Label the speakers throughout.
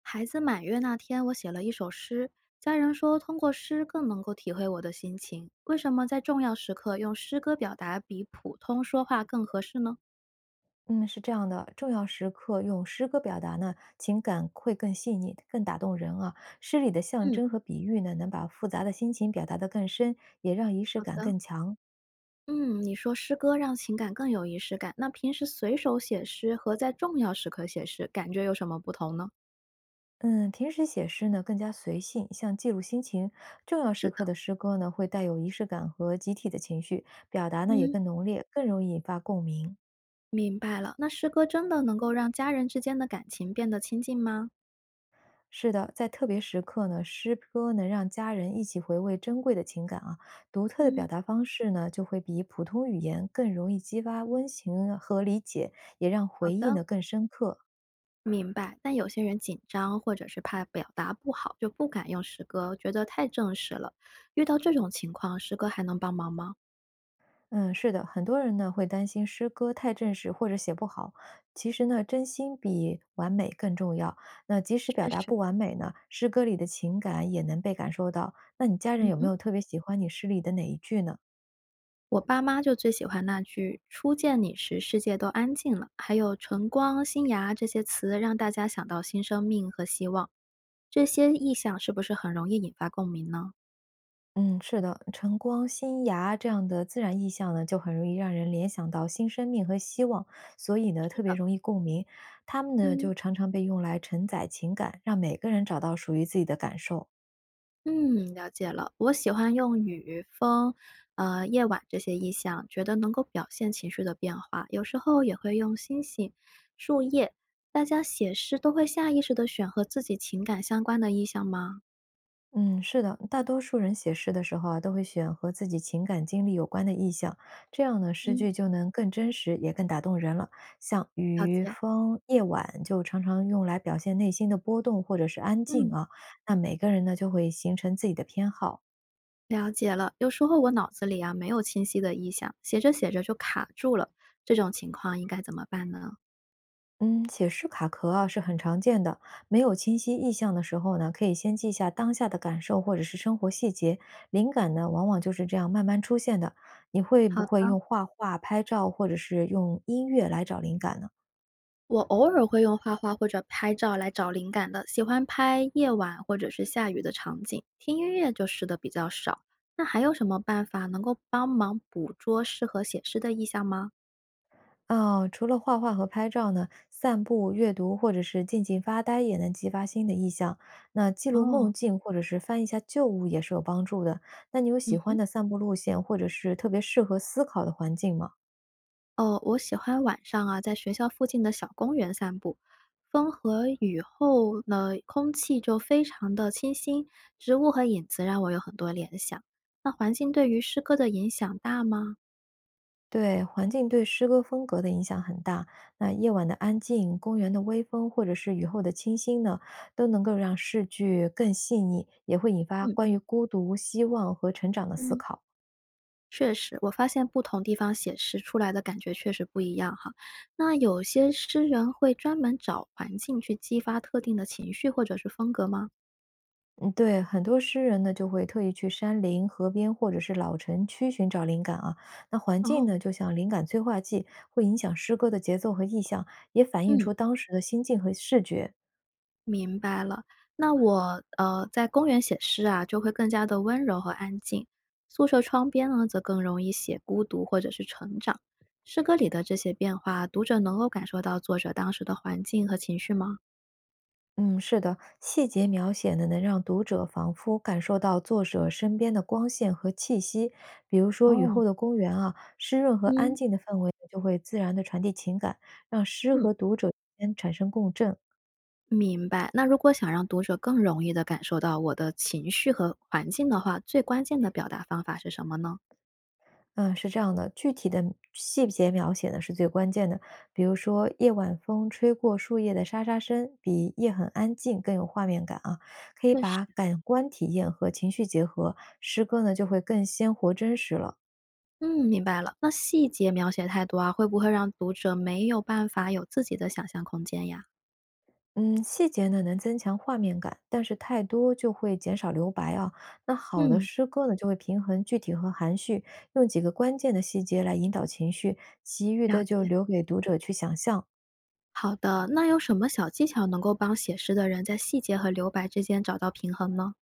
Speaker 1: 孩子满月那天，我写了一首诗，家人说通过诗更能够体会我的心情。为什么在重要时刻用诗歌表达比普通说话更合适呢？
Speaker 2: 嗯，是这样的，重要时刻用诗歌表达呢，情感会更细腻、更打动人啊。诗里的象
Speaker 1: 嗯，
Speaker 2: 征和比喻呢，能把复杂的心情表达得更深，也让仪式
Speaker 1: 好
Speaker 2: 感
Speaker 1: 的，
Speaker 2: 更强。
Speaker 1: 嗯，你说诗歌让情感更有仪式感，那平时随手写诗和在重要时刻写诗，感觉有什么不同呢？
Speaker 2: 嗯，平时写诗呢更加随性，像记录心情。重要时
Speaker 1: 是的，
Speaker 2: 刻的诗歌呢，会带有仪式感和集体的情绪，表达呢也
Speaker 1: 嗯，
Speaker 2: 更浓烈，更容易引发共鸣。
Speaker 1: 明白了。那诗歌真的能够让家人之间的感情变得亲近吗？
Speaker 2: 是的，在特别时刻呢，诗歌能让家人一起回味珍贵的情感啊。独特的表
Speaker 1: 嗯，
Speaker 2: 达方式呢，就会比普通语言更容易激发温情和理解，也让
Speaker 1: 好
Speaker 2: 回忆
Speaker 1: 的。
Speaker 2: 呢更深刻。
Speaker 1: 明白，但有些人紧张或者是怕表达不好，就不敢用诗歌，觉得太正式了。遇到这种情况，诗歌还能帮忙吗？
Speaker 2: 嗯，是的，很多人呢会担心诗歌太正式或者写不好。其实呢，真心比完美更重要。那即使表
Speaker 1: 确
Speaker 2: 达
Speaker 1: 实，
Speaker 2: 不完美呢，诗歌里的情感也能被感受到。那你家人
Speaker 1: 嗯
Speaker 2: 有没
Speaker 1: 哼，
Speaker 2: 有特别喜欢你诗里的哪一句呢？
Speaker 1: 我爸妈就最喜欢那句“初见你时，世界都安静了”，还有“晨光”“新芽”这些词，让大家想到新生命和希望。这些意象是不是很容易引发共鸣呢？
Speaker 2: 嗯，是的，晨光、新芽这样的自然意象呢，就很容易让人联想到新生命和希望，所以呢，
Speaker 1: 是
Speaker 2: 特别
Speaker 1: 的，
Speaker 2: 容易共鸣。他们呢，
Speaker 1: 嗯。
Speaker 2: 就常常被用来承载情感，让每个人找到属于自己的感受。
Speaker 1: 嗯，了解了。我喜欢用雨、风，夜晚这些意象，觉得能够表现情绪的变化。有时候也会用星星、树叶。大家写诗都会下意识的选和自己情感相关的意象吗？
Speaker 2: 嗯，是的，大多数人写诗的时候啊，都会选和自己情感经历有关的意象，这样呢，诗
Speaker 1: 嗯，
Speaker 2: 句就能更真实，也更打动人了。像
Speaker 1: 了
Speaker 2: 雨、
Speaker 1: 解。
Speaker 2: 风、夜晚，就常常用来表现内心的波动或者是安静
Speaker 1: 嗯，
Speaker 2: 啊。那每个人呢，就会形成自己的偏好。
Speaker 1: 了解了。有时候我脑子里啊没有清晰的意象，写着写着就卡住了，这种情况应该怎么办呢？
Speaker 2: 嗯，写诗卡壳啊是很常见的。没有清晰意象的时候呢，可以先记下当下的感受或者是生活细节，灵感呢往往就是这样慢慢出现的。你会不
Speaker 1: 好的，
Speaker 2: 会用画画、拍照或者是用音乐来找灵感呢？
Speaker 1: 我偶尔会用画画或者拍照来找灵感的，喜欢拍夜晚或者是下雨的场景，听音乐就试的比较少。那还有什么办法能够帮忙捕捉适合写诗的意象吗？
Speaker 2: 哦，除了画画和拍照呢，散步、阅读或者是静静发呆也能激发新的意象。那记录
Speaker 1: 哦，
Speaker 2: 梦境或者是翻一下旧物也是有帮助的。那你有喜欢
Speaker 1: 嗯，
Speaker 2: 的散步路线，或者是特别适合思考的环境吗？
Speaker 1: 哦，我喜欢晚上啊，在学校附近的小公园散步，风和雨后呢，空气就非常的清新，植物和影子让我有很多联想。那环境对于诗歌的影响大吗？
Speaker 2: 对，环境对诗歌风格的影响很大。那夜晚的安静、公园的微风，或者是雨后的清新呢，都能够让诗句更细腻，也会引发
Speaker 1: 嗯
Speaker 2: 关于孤独、希望和成长的思
Speaker 1: 嗯。
Speaker 2: 考。
Speaker 1: 确实，我发现不同地方写诗出来的感觉确实不一样哈。那有些诗人会专门找环境去激发特定的情绪或者是风格吗？
Speaker 2: 嗯，对，很多诗人呢就会特意去山林、河边或者是老城区寻找灵感啊。那环境
Speaker 1: 哦，
Speaker 2: 呢，就像灵感催化剂，会影响诗歌的节奏和意象，也反映
Speaker 1: 嗯，
Speaker 2: 出当时的心境和视觉。
Speaker 1: 明白了。那我在公园写诗啊，就会更加的温柔和安静；宿舍窗边呢，则更容易写孤独或者是成长。诗歌里的这些变化，读者能够感受到作者当时的环境和情绪吗？
Speaker 2: 嗯，是的，细节描写呢，能让读者仿佛感受到作者身边的光线和气息。比如说，雨
Speaker 1: 哦，
Speaker 2: 后的公园啊，湿润和安
Speaker 1: 嗯
Speaker 2: 静的氛围就会自然的传递情感，让诗
Speaker 1: 嗯。
Speaker 2: 和读者之间产生共振。
Speaker 1: 明白。那如果想让读者更容易的感受到我的情绪和环境的话，最关键的表达方法是什么呢？
Speaker 2: 嗯，是这样的，具体的细节描写呢是最关键的。比如说，夜晚风吹过树叶的沙沙声，比夜很安静更有画面感啊。可以
Speaker 1: 确实，
Speaker 2: 把感官体验和情绪结合，诗歌呢就会更鲜活真实了。
Speaker 1: 嗯，明白了。那细节描写太多啊，会不会让读者没有办法有自己的想象空间呀？
Speaker 2: 嗯，细节呢能增强画面感，但是太多就会减少留白啊。那好的
Speaker 1: 嗯，
Speaker 2: 诗歌呢，就会平衡具体和含蓄，用几个关键的细节来引导情绪，其余
Speaker 1: 了
Speaker 2: 的就
Speaker 1: 解。
Speaker 2: 留给读者去想象。
Speaker 1: 好的，那有什么小技巧能够帮写诗的人在细节和留白之间找到平衡呢？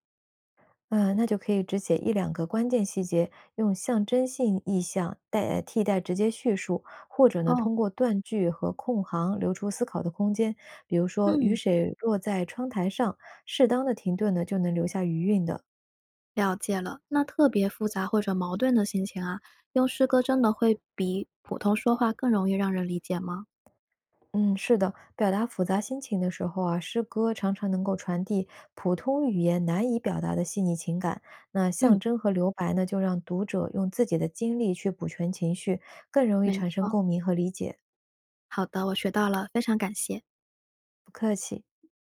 Speaker 2: 嗯，那就可以只写一两个关键细节，用象征性意象代替代直接叙述，或者呢
Speaker 1: 哦，
Speaker 2: 通过断句和空行留出思考的空间。比如说，雨
Speaker 1: 嗯，
Speaker 2: 水落在窗台上，适当的停顿呢就能留下余韵的。
Speaker 1: 了解了。那特别复杂或者矛盾的心情啊，用诗歌真的会比普通说话更容易让人理解吗？
Speaker 2: 嗯，是的，表达复杂心情的时候啊，诗歌常常能够传递普通语言难以表达的细腻情感。那象
Speaker 1: 嗯。
Speaker 2: 征和留白呢，就让读者用自己的经历去补全情绪，更容易
Speaker 1: 没
Speaker 2: 产生
Speaker 1: 错，
Speaker 2: 共鸣和理解。
Speaker 1: 好的，我学到了，非常感谢。
Speaker 2: 不客气。